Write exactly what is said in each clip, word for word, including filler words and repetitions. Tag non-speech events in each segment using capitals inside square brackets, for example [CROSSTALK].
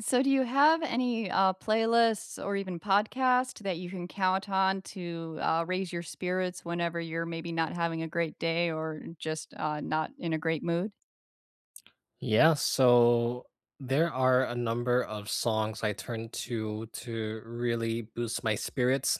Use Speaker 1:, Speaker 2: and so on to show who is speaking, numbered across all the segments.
Speaker 1: So, do you have any uh, playlists or even podcasts that you can count on to uh, raise your spirits whenever you're maybe not having a great day or just uh, not in a great mood?
Speaker 2: Yeah, so there are a number of songs I turn to to really boost my spirits.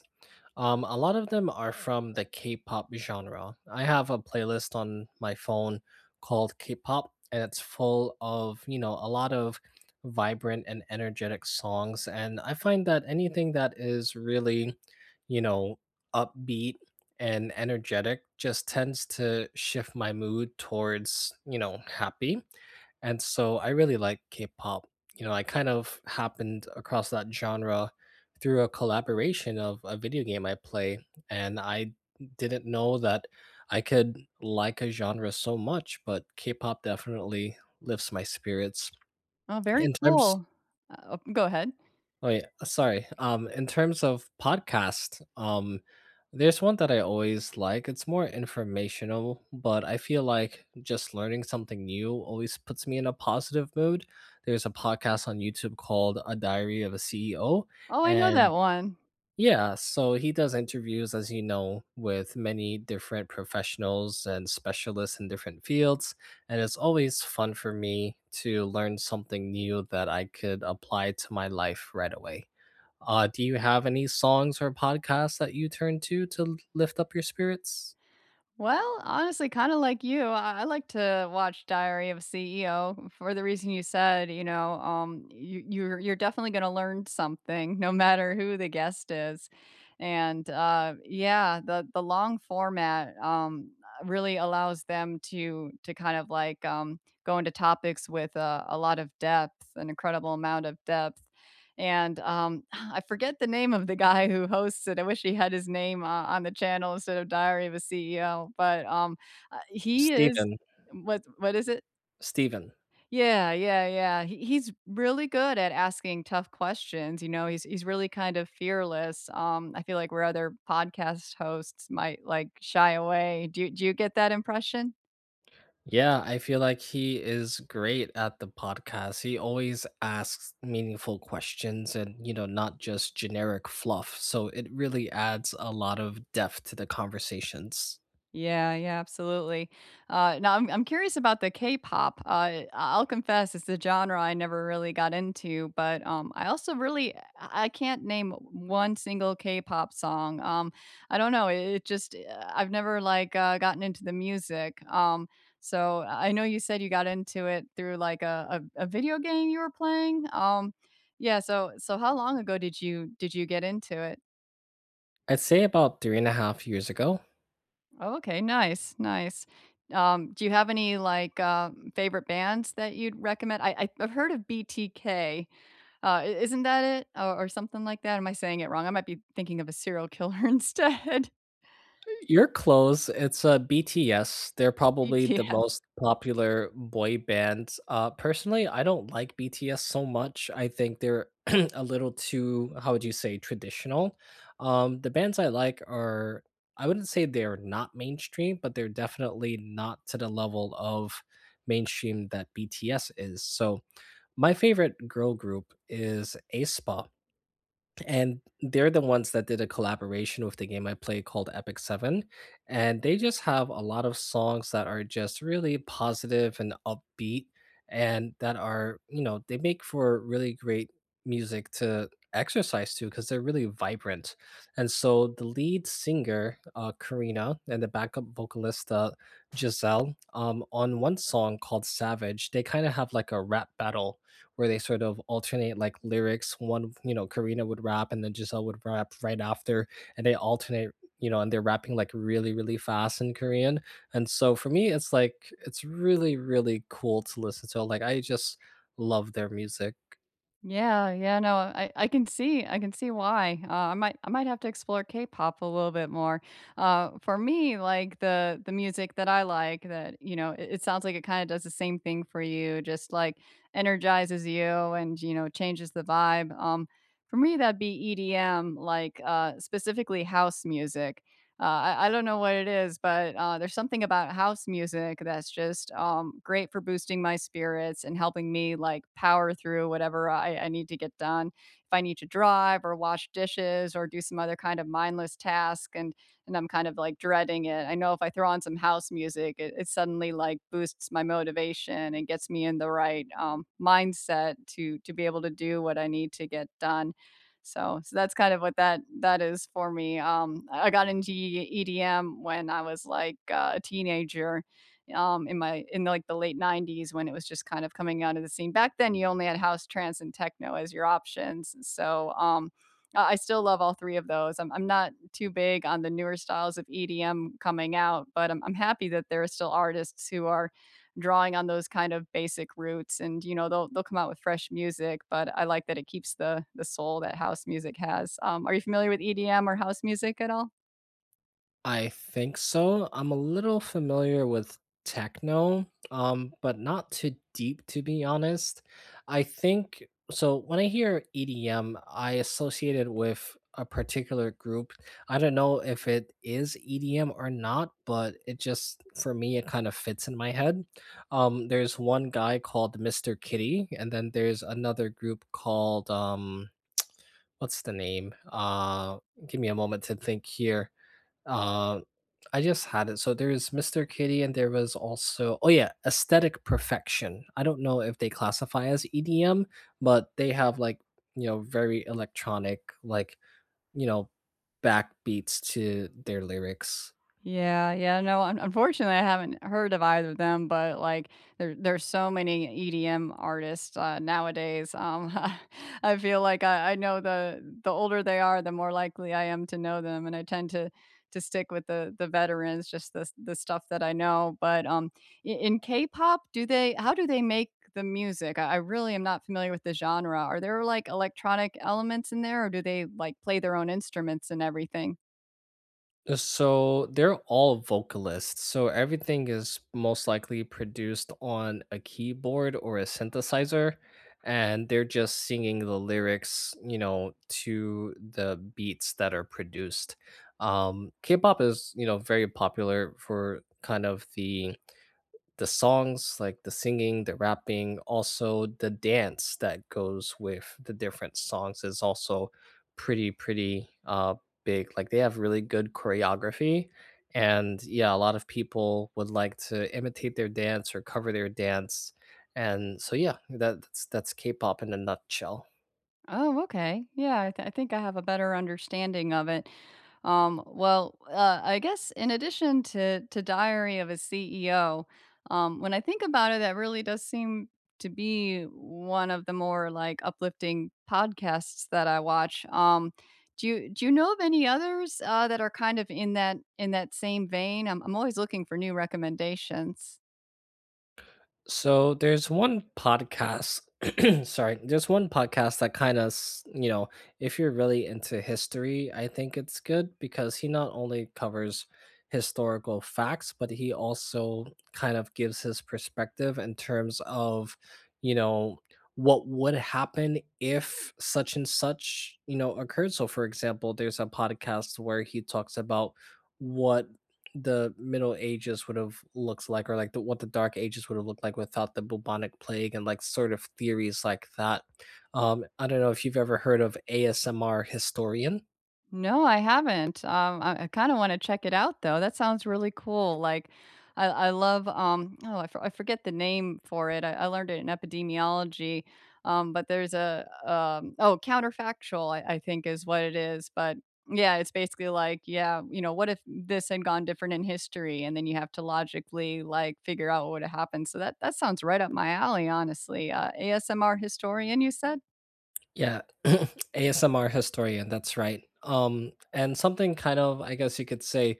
Speaker 2: Um, a lot of them are from the K-pop genre. I have a playlist on my phone called K-pop, and it's full of, you know, a lot of vibrant and energetic songs. And I find that anything that is really, you know, upbeat and energetic just tends to shift my mood towards, you know, happy. And so I really like K-pop. You know, I kind of happened across that genre through a collaboration of a video game I play, and I didn't know that I could like a genre so much, but K-pop definitely lifts my spirits.
Speaker 1: Oh, very
Speaker 2: In terms—
Speaker 1: cool. Uh, oh, go ahead.
Speaker 2: oh yeah, uh, sorry. Um, in terms of podcast, um, there's one that I always like. It's more informational, but I feel like just learning something new always puts me in a positive mood. There's a podcast on YouTube called A Diary of a C E O,
Speaker 1: Oh, I know that
Speaker 2: and
Speaker 1: one.
Speaker 2: yeah, so he does interviews, as you know, with many different professionals and specialists in different fields. And it's always fun for me to learn something new that I could apply to my life right away. Uh, do you have any songs or podcasts that you turn to to lift up your spirits?
Speaker 1: Well, honestly, kind of like you, I I like to watch Diary of a C E O for the reason you said. You know, um, you, you're you're definitely going to learn something, [LAUGHS] no matter who the guest is, and uh, yeah, the the long format um, really allows them to to kind of like um, go into topics with uh, a lot of depth, an incredible amount of depth, and, um, [SIGHS] I forget the name of the guy who hosts it. I wish he had his name, uh, on the channel instead of Diary of a C E O, but, um, uh, he is
Speaker 2: Steven.
Speaker 1: what what is it?
Speaker 2: Steven.
Speaker 1: Yeah, yeah, yeah. He he's really good at asking tough questions, you know, he's he's really kind of fearless. Um, I feel like where other podcast hosts might, like, shy away. Do you do you get that impression?
Speaker 2: Yeah, I feel like he is great at the podcast. He always asks meaningful questions and, you know, not just generic fluff. So it really adds a lot of depth to the conversations.
Speaker 1: Yeah, yeah, absolutely. Uh, now I'm I'm curious about the K-pop. Uh, I- will confess, it's a genre I never really got into, but um, I also really I I can't name one single K-pop song. Um, I don't know. It, it just uh, I've never like uh, gotten into the music. Um, so I know you said you got into it through like a, a, a video game you were playing. Um, yeah. So so how long ago did you did you get into it?
Speaker 2: I'd say about three and a half years ago.
Speaker 1: Oh, okay, nice, nice. Um, do you have any like uh, favorite bands that you'd recommend? I, I I've heard of B T K. Uh, i- isn't that it, or, or something like that? Am I saying it wrong? I might be thinking of a serial killer [LAUGHS] instead.
Speaker 2: You're close. It's, uh, B T S. They're probably the
Speaker 1: B T K.
Speaker 2: most popular boy band. Uh, personally, I don't like B T S so much. I think they're [CLEARS THROAT] a little too, how would you say, traditional. Um, the bands I like are— I wouldn't say they're not mainstream, but they're definitely not to the level of mainstream that B T S is. So, my favorite girl group is aespa, and they're the ones that did a collaboration with the game I play called Epic Seven, and they just have a lot of songs that are just really positive and upbeat, and that are, you know, they make for really great music to exercise to because they're really vibrant. And so the lead singer, uh, Karina, and the backup vocalist, uh, Giselle, um, on one song called Savage, they kind of have like a rap battle where they sort of alternate like lyrics. One, you know, Karina would rap and then Giselle would rap right after, and they alternate, you know, and they're rapping like really, really fast in Korean. And so for me, it's like, it's really, really cool to listen to. Like, I just love their music.
Speaker 1: Yeah, yeah, no, I, I can see, I can see why. Uh, I might, I might have to explore K-pop a little bit more. Uh, for me, like the the music that I like, that you know, it, it sounds like it kind of does the same thing for you, just like energizes you and you know changes the vibe. Um, for me, that'd be E D M, like uh, specifically house music. Uh, I I don't know what it is, but, uh, there's something about house music that's just, um, great for boosting my spirits and helping me, like, power through whatever I I need to get done. If I need to drive or wash dishes or do some other kind of mindless task and and I'm kind of, like, dreading it, I know if I throw on some house music, it it suddenly, like, boosts my motivation and gets me in the right, um, mindset to to be able to do what I need to get done. So so that's kind of what that that is for me. Um, I got into E D M when I was, like, uh, a teenager, um, in my in, like, the late nineties when it was just kind of coming out of the scene. Back then, you only had house, trance, and techno as your options, so, um, I I still love all three of those. I'm I'm not too big on the newer styles of E D M coming out, but I'm I'm happy that there are still artists who are drawing on those kind of basic roots, and you know they'll they'll come out with fresh music, but I like that it keeps the the soul that house music has. Um, are you familiar with EDM or house music at all?
Speaker 2: I think so. I'm a little familiar with techno, um, but not too deep to be honest. I think so. When I hear E D M, I associate it with a particular group. I don't know if it is E D M or not, but it just for me it kind of fits in my head. Um, there's one guy called mister Kitty, and then there's another group called um, what's the name? Uh, give me a moment to think here. Uh, I just had it. So there's mister Kitty, and there was also, oh yeah, Aesthetic Perfection. I don't know if they classify as E D M, but they have like, you know, very electronic, like, you know, backbeats to their lyrics.
Speaker 1: Yeah, yeah, no, un unfortunately, I haven't heard of either of them, but, like, there there's so many E D M artists, uh, nowadays, um, [LAUGHS] I feel like I I know the the older they are, the more likely I am to know them, and I tend to to stick with the the veterans, just the the stuff that I know, but, um, I in K-pop, do they how do they make the music? I I really am not familiar with the genre. Are there, like, electronic elements in there, or do they, like, play their own instruments and everything?
Speaker 2: Uh, So they're all vocalists. So everything is most likely produced on a keyboard or a synthesizer, and they're just singing the lyrics, you know, to the beats that are produced. Um, K-pop is, you know, very popular for kind of the the songs, like the singing, the rapping, also the dance that goes with the different songs is also pretty, pretty uh, big. Like they have really good choreography. And yeah, a lot of people would like to imitate their dance or cover their dance. And so yeah, that, that's that's K-pop in a nutshell.
Speaker 1: Oh, okay. Yeah, I, th- I think I have a better understanding of it. Um, well, uh, I guess in addition to to Diary of a C E O, um, when I think about it, that really does seem to be one of the more like uplifting podcasts that I watch. Um, do you do you know of any others uh, that are kind of in that in that same vein? I'm I'm always looking for new recommendations.
Speaker 2: So there's one podcast— [CLEARS THROAT] sorry, there's one podcast that kind of, you know, if you're really into history, I think it's good because he not only covers historical facts, but he also kind of gives his perspective in terms of, you know, what would happen if such and such, you know, occurred. So for example, there's a podcast where he talks about what the Middle Ages would have looked like, or like the, what the Dark Ages would have looked like without the bubonic plague and like sort of theories like that. Um, I don't know if you've ever heard of A S M R Historian.
Speaker 1: No, I haven't. Um, I, I kind of want to check it out though. That sounds really cool. Like, I, I love. Um, oh, I, for, I forget the name for it. I, I learned it in epidemiology. Um, but There's a um, oh counterfactual. I, I think is what it is. But yeah, it's basically like yeah, you know, what if this had gone different in history, and then you have to logically like figure out what would have happened. So that that sounds right up my alley, honestly. Uh, A S M R historian, you said.
Speaker 2: Yeah, [CLEARS THROAT] A S M R historian, that's right. Um, and something kind of, I guess you could say,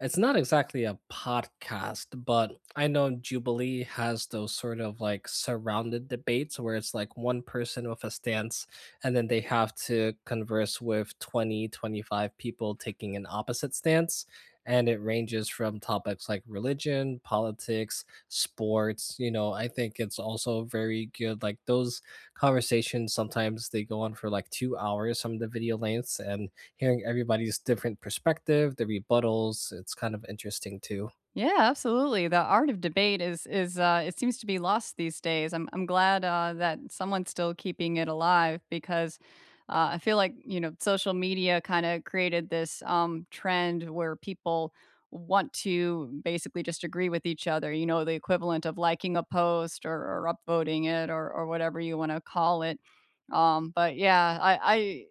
Speaker 2: it's not exactly a podcast, but I know Jubilee has those sort of like surrounded debates where it's like one person with a stance and then they have to converse with twenty, twenty-five people taking an opposite stance. And it ranges from topics like religion, politics, sports. You know, I think it's also very good. Like those conversations sometimes they go on for like two hours, some of the video lengths, and hearing everybody's different perspective, the rebuttals, it's kind of interesting too.
Speaker 1: Yeah, absolutely. The art of debate is is uh, it seems to be lost these days. I'm I'm glad uh, that someone's still keeping it alive because uh, I feel like you know social media kind of created this um, trend where people want to basically just agree with each other. You know, the equivalent of liking a post or, or upvoting it or or whatever you want to call it. Um, but yeah, I I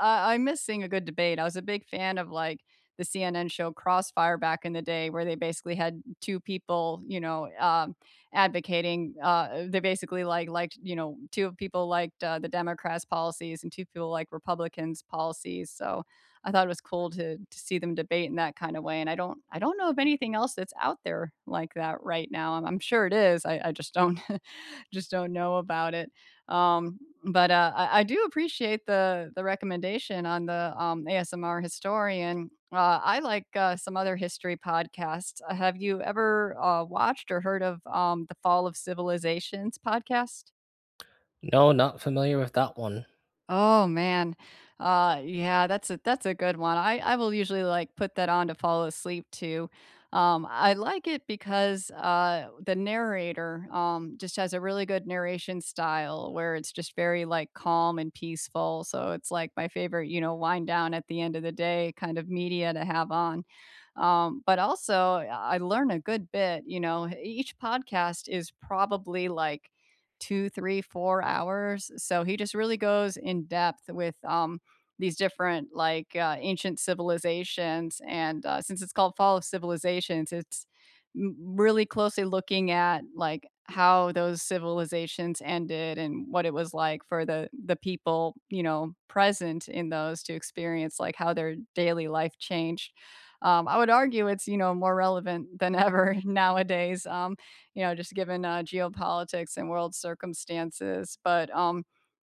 Speaker 1: I I miss seeing a good debate. I was a big fan of like the C N N show Crossfire back in the day, where they basically had two people, you know, um, advocating. Uh, they basically like liked, you know, two people liked uh, the Democrats' policies and two people like Republicans' policies. So I thought it was cool to to see them debate in that kind of way. And I don't I don't know of anything else that's out there like that right now. I'm, I'm sure it is. I, I just don't [LAUGHS] just don't know about it. Um, but uh, I, I do appreciate the the recommendation on the um, A S M R historian. Uh, I like uh, some other history podcasts. Uh, Have you ever uh, watched or heard of um, the Fall of Civilizations podcast?
Speaker 2: No, not familiar with that one.
Speaker 1: Oh man. Uh yeah, that's a that's a good one. I I will usually like put that on to fall asleep too. Um I like it because uh the narrator um just has a really good narration style where it's just very like calm and peaceful. So it's like my favorite, you know, wind down at the end of the day kind of media to have on. Um but also I learn a good bit, you know. Each podcast is probably like two, three, four hours. So he just really goes in depth with um, these different like uh, ancient civilizations. And uh, since it's called Fall of Civilizations, it's m- really closely looking at like how those civilizations ended and what it was like for the the people you know present in those to experience like how their daily life changed. um, I would argue it's you know more relevant than ever [LAUGHS] nowadays. Um, you know, just given, uh, geopolitics and world circumstances, but, um,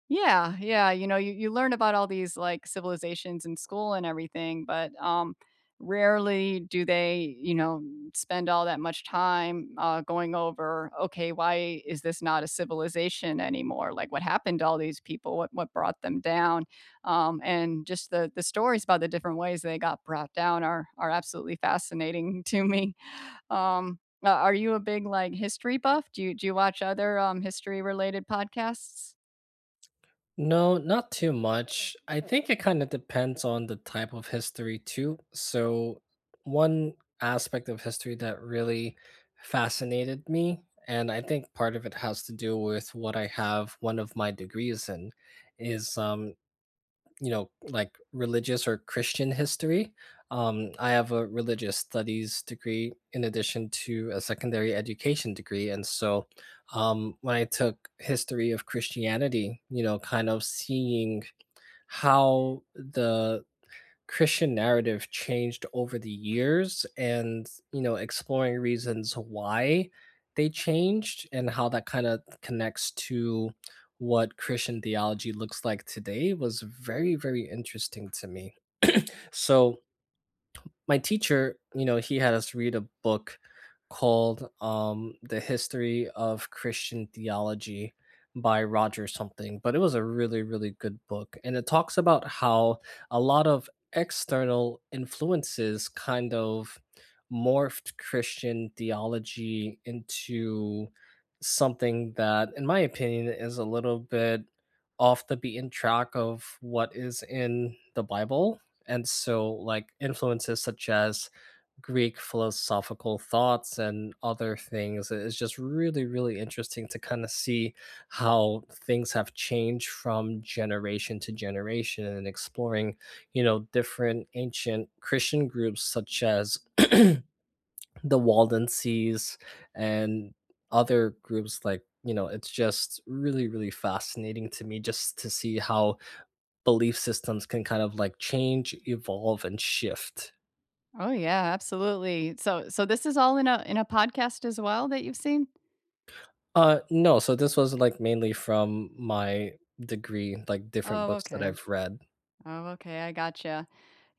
Speaker 1: yeah, yeah, you know, you you learn about all these, like, civilizations in school and everything, but, um, rarely do they, you know, spend all that much time, uh, going over, "Okay, why is this not a civilization anymore? Like, what happened to all these people? What what brought them down?" Um, and just the the stories about the different ways they got brought down are are absolutely fascinating [LAUGHS] to me. Um, uh, are you a big, like, history buff? Do you do you watch other, um, history-related podcasts?
Speaker 2: No, not too much. I think it kind of depends on the type of history too. So one aspect of history that really fascinated me, and I think part of it has to do with what I have one of my degrees in, is um you know, like religious or Christian history. Um, I have a religious studies degree in addition to a secondary education degree. And so um, when I took history of Christianity, you know, kind of seeing how the Christian narrative changed over the years and, you know, exploring reasons why they changed and how that kind of connects to what Christian theology looks like today was very, very interesting to me. So, my teacher, you know, he had us read a book called um, "The History of Christian Theology" by Roger something, but it was a really, really good book, and it talks about how a lot of external influences kind of morphed Christian theology into something that, in my opinion, is a little bit off the beaten track of what is in the Bible. And so like influences such as Greek philosophical thoughts and other things. It's just really, really interesting to kind of see how things have changed from generation to generation and exploring, you know, different ancient Christian groups such as the Waldenses and other groups, like, you know, it's just really, really fascinating to me just to see how belief systems can kind of like change, evolve, and shift.
Speaker 1: Oh, yeah, absolutely. So so this is all in a in a podcast as well that you've seen?
Speaker 2: Uh, no, so this was like mainly from my degree, like different
Speaker 1: Oh,
Speaker 2: books that
Speaker 1: okay.
Speaker 2: I've read.
Speaker 1: Oh, okay, I gotcha.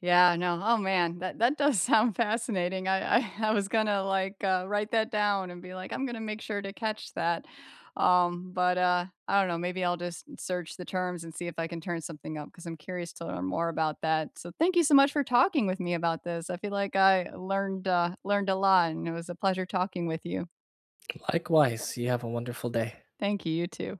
Speaker 1: Yeah, no. Oh man, that that does [LAUGHS] sound fascinating. I I, [LAUGHS] I was gonna like uh, write that down and be like, I'm gonna make sure to catch that. Um, but uh, I don't know. Maybe I'll just search the terms and see if I can turn something up because I'm curious to learn more about that. So thank you so much for talking with me about this. I feel like I learned uh, learned a lot, and it was a pleasure talking with you.
Speaker 2: Likewise, you have a wonderful day.
Speaker 1: Thank you. You too.